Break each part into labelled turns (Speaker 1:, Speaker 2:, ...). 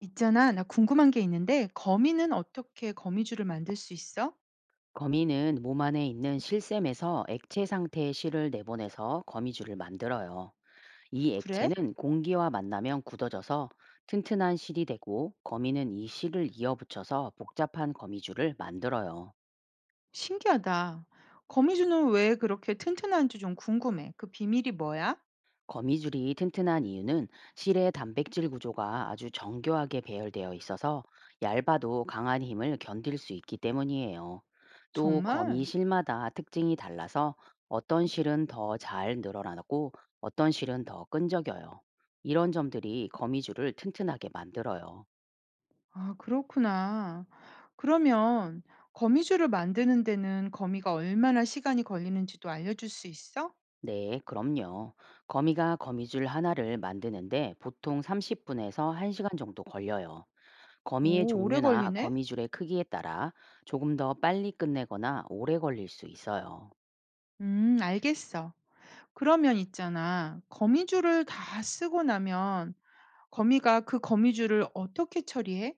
Speaker 1: 있잖아, 나 궁금한 게 있는데, 거미는 어떻게 거미줄을 만들 수 있어?
Speaker 2: 거미는 몸 안에 있는 실샘에서 액체 상태의 실을 내보내서 거미줄을 만들어요. 이
Speaker 1: 그래?
Speaker 2: 액체는 공기와 만나면 굳어져서 튼튼한 실이 되고, 거미는 이 실을 이어붙여서 복잡한 거미줄을 만들어요.
Speaker 1: 신기하다. 거미줄은 왜 그렇게 튼튼한지 좀 궁금해. 그 비밀이 뭐야?
Speaker 2: 거미줄이 튼튼한 이유는 실의 단백질 구조가 아주 정교하게 배열되어 있어서 얇아도 강한 힘을 견딜 수 있기 때문이에요. 또 거미
Speaker 1: 정말?
Speaker 2: 실마다 특징이 달라서 어떤 실은 더 잘 늘어나고, 어떤 실은 더 끈적여요. 이런 점들이 거미줄을 튼튼하게 만들어요.
Speaker 1: 아, 그렇구나. 그러면 거미줄을 만드는 데는 거미가 얼마나 시간이 걸리는지도 알려줄 수 있어?
Speaker 2: 네, 그럼요. 거미가 거미줄 하나를 만드는데 보통 30분에서 1시간 정도 걸려요. 거미의
Speaker 1: 오, 오래
Speaker 2: 종류나
Speaker 1: 걸리네?
Speaker 2: 거미줄의 크기에 따라 조금 더 빨리 끝내거나 오래 걸릴 수 있어요.
Speaker 1: 알겠어. 그러면 있잖아, 거미줄을 다 쓰고 나면 거미가 그 거미줄을 어떻게 처리해?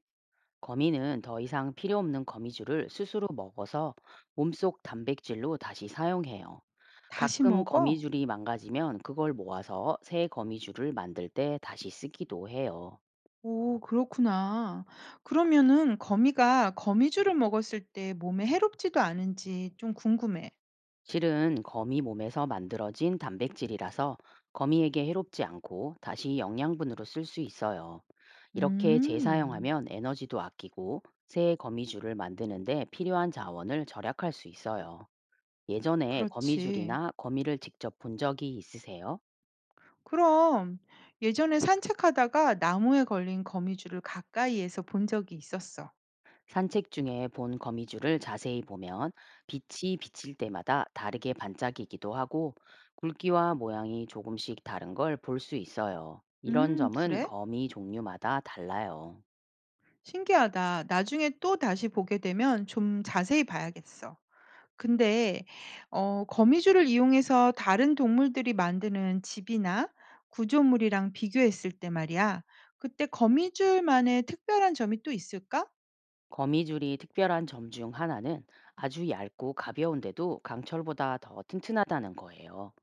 Speaker 2: 거미는 더 이상 필요 없는 거미줄을 스스로 먹어서 몸속 단백질로 다시 사용해요.
Speaker 1: 다시
Speaker 2: 가끔
Speaker 1: 먹어?
Speaker 2: 거미줄이 망가지면 그걸 모아서 새 거미줄을 만들 때 다시 쓰기도 해요.
Speaker 1: 오, 그렇구나. 그러면은 거미가 거미줄을 먹었을 때 몸에 해롭지도 않은지 좀 궁금해.
Speaker 2: 실은 거미 몸에서 만들어진 단백질이라서 거미에게 해롭지 않고, 다시 영양분으로 쓸 수 있어요. 이렇게
Speaker 1: 음,
Speaker 2: 재사용하면 에너지도 아끼고, 새 거미줄을 만드는데 필요한 자원을 절약할 수 있어요. 예전에
Speaker 1: 그렇지.
Speaker 2: 거미줄이나 거미를 직접 본 적이 있으세요?
Speaker 1: 그럼 예전에 산책하다가 나무에 걸린 거미줄을 가까이에서 본 적이 있었어.
Speaker 2: 산책 중에 본 거미줄을 자세히 보면 빛이 비칠 때마다 다르게 반짝이기도 하고, 굵기와 모양이 조금씩 다른 걸 볼 수 있어요. 이런 점은
Speaker 1: 그래?
Speaker 2: 거미 종류마다 달라요.
Speaker 1: 신기하다. 나중에 또 다시 보게 되면 좀 자세히 봐야겠어. 근데 거미줄을 이용해서 다른 동물들이 만드는 집이나 구조물이랑 비교했을 때 말이야. 그때 거미줄만의 특별한 점이 또 있을까?
Speaker 2: 거미줄이 특별한 점 중 하나는 아주 얇고 가벼운데도 강철보다 더 튼튼하다는 거예요.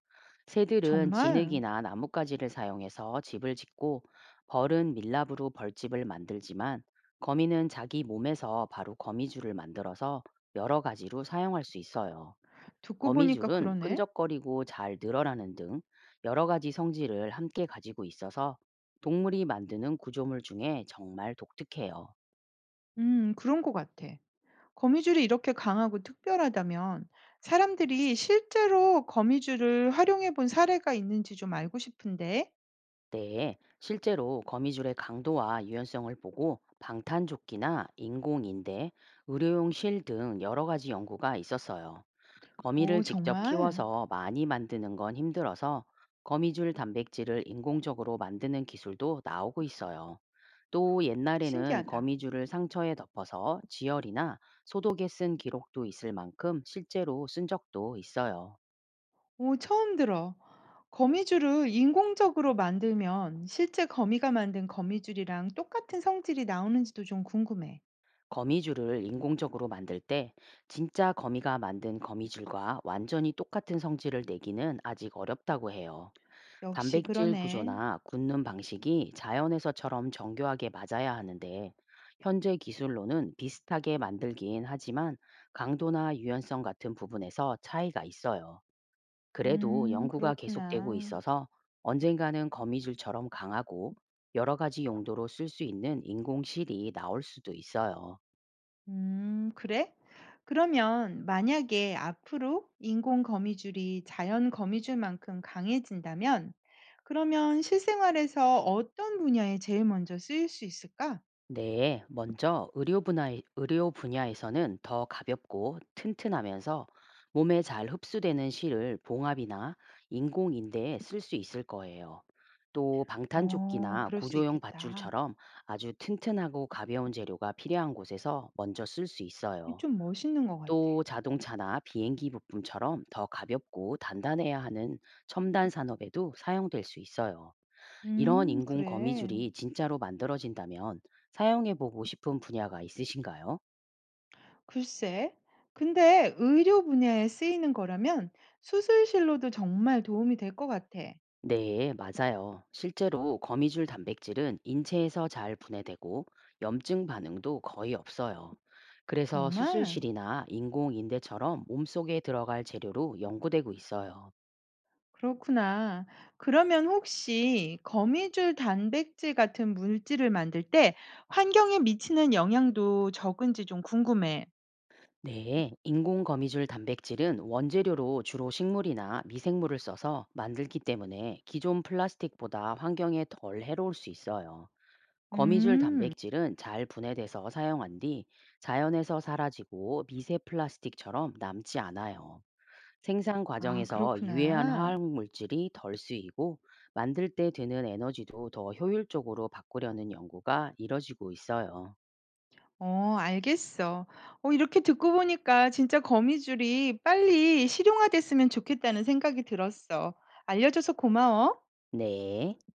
Speaker 2: 새들은
Speaker 1: 정말
Speaker 2: 진흙이나 나뭇가지를 사용해서 집을 짓고, 벌은 밀랍으로 벌집을 만들지만, 거미는 자기 몸에서 바로 거미줄을 만들어서 여러 가지로 사용할 수 있어요.
Speaker 1: 듣고 보니까
Speaker 2: 거미줄은
Speaker 1: 그러네.
Speaker 2: 끈적거리고 잘 늘어나는 등 여러 가지 성질을 함께 가지고 있어서 동물이 만드는 구조물 중에 정말 독특해요.
Speaker 1: 그런 것 같아. 거미줄이 이렇게 강하고 특별하다면 사람들이 실제로 거미줄을 활용해 본 사례가 있는지 좀 알고 싶은데.
Speaker 2: 네, 실제로 거미줄의 강도와 유연성을 보고 방탄조끼나 인공인대, 의료용 실 등 여러 가지 연구가 있었어요. 거미를
Speaker 1: 오,
Speaker 2: 직접
Speaker 1: 정말
Speaker 2: 키워서 많이 만드는 건 힘들어서 거미줄 단백질을 인공적으로 만드는 기술도 나오고 있어요. 또 옛날에는
Speaker 1: 신기하다.
Speaker 2: 거미줄을 상처에 덮어서 지혈이나 소독에 쓴 기록도 있을 만큼 실제로 쓴 적도 있어요.
Speaker 1: 오, 처음 들어. 거미줄을 인공적으로 만들면 실제 거미가 만든 거미줄이랑 똑같은 성질이 나오는지도 좀 궁금해.
Speaker 2: 거미줄을 인공적으로 만들 때 진짜 거미가 만든 거미줄과 완전히 똑같은 성질을 내기는 아직 어렵다고 해요.
Speaker 1: 역시
Speaker 2: 단백질
Speaker 1: 그러네.
Speaker 2: 구조나 굳는 방식이 자연에서처럼 정교하게 맞아야 하는데, 현재 기술로는 비슷하게 만들긴 하지만 강도나 유연성 같은 부분에서 차이가 있어요. 그래도 연구가 계속되고
Speaker 1: 그렇구나.
Speaker 2: 있어서 언젠가는 거미줄처럼 강하고 여러 가지 용도로 쓸 수 있는 인공실이 나올 수도 있어요.
Speaker 1: 그래? 그러면 만약에 앞으로 인공 거미줄이 자연 거미줄만큼 강해진다면, 그러면 실생활에서 어떤 분야에 제일 먼저 쓰일 수 있을까?
Speaker 2: 네, 먼저 의료 분야, 의료 분야에서는 더 가볍고 튼튼하면서 몸에 잘 흡수되는 실을 봉합이나 인공인대에 쓸 수 있을 거예요. 또
Speaker 1: 어,
Speaker 2: 방탄조끼나
Speaker 1: 그럴 수
Speaker 2: 구조용
Speaker 1: 있겠다.
Speaker 2: 밧줄처럼 아주 튼튼하고 가벼운 재료가 필요한 곳에서 먼저 쓸 수
Speaker 1: 이게
Speaker 2: 있어요.
Speaker 1: 좀 멋있는 것 같아.
Speaker 2: 또 자동차나 비행기 부품처럼 더 가볍고 단단해야 하는 첨단 산업에도 사용될 수 있어요. 이런 인공
Speaker 1: 그래.
Speaker 2: 거미줄이 진짜로 만들어진다면 사용해 보고 싶은 분야가 있으신가요?
Speaker 1: 글쎄. 근데 의료 분야에 쓰이는 거라면 수술실로도 정말 도움이 될 것 같아.
Speaker 2: 네, 맞아요. 실제로 거미줄 단백질은 인체에서 잘 분해되고 염증 반응도 거의 없어요. 그래서
Speaker 1: 정말?
Speaker 2: 수술실이나 인공 인대처럼 몸속에 들어갈 재료로 연구되고 있어요.
Speaker 1: 그렇구나. 그러면 혹시 거미줄 단백질 같은 물질을 만들 때 환경에 미치는 영향도 적은지 좀 궁금해.
Speaker 2: 네, 인공 거미줄 단백질은 원재료로 주로 식물이나 미생물을 써서 만들기 때문에 기존 플라스틱보다 환경에 덜 해로울 수 있어요. 거미줄
Speaker 1: 음.
Speaker 2: 단백질은 잘 분해돼서 사용한 뒤 자연에서 사라지고 미세 플라스틱처럼 남지 않아요. 생산
Speaker 1: 아,
Speaker 2: 과정에서 유해한
Speaker 1: 그렇구나.
Speaker 2: 화학 물질이 덜 쓰이고, 만들 때 드는 에너지도 더 효율적으로 바꾸려는 연구가 이뤄지고 있어요.
Speaker 1: 어, 알겠어. 어, 이렇게 듣고 보니까 진짜 거미줄이 빨리 실용화됐으면 좋겠다는 생각이 들었어. 알려줘서 고마워.
Speaker 2: 네.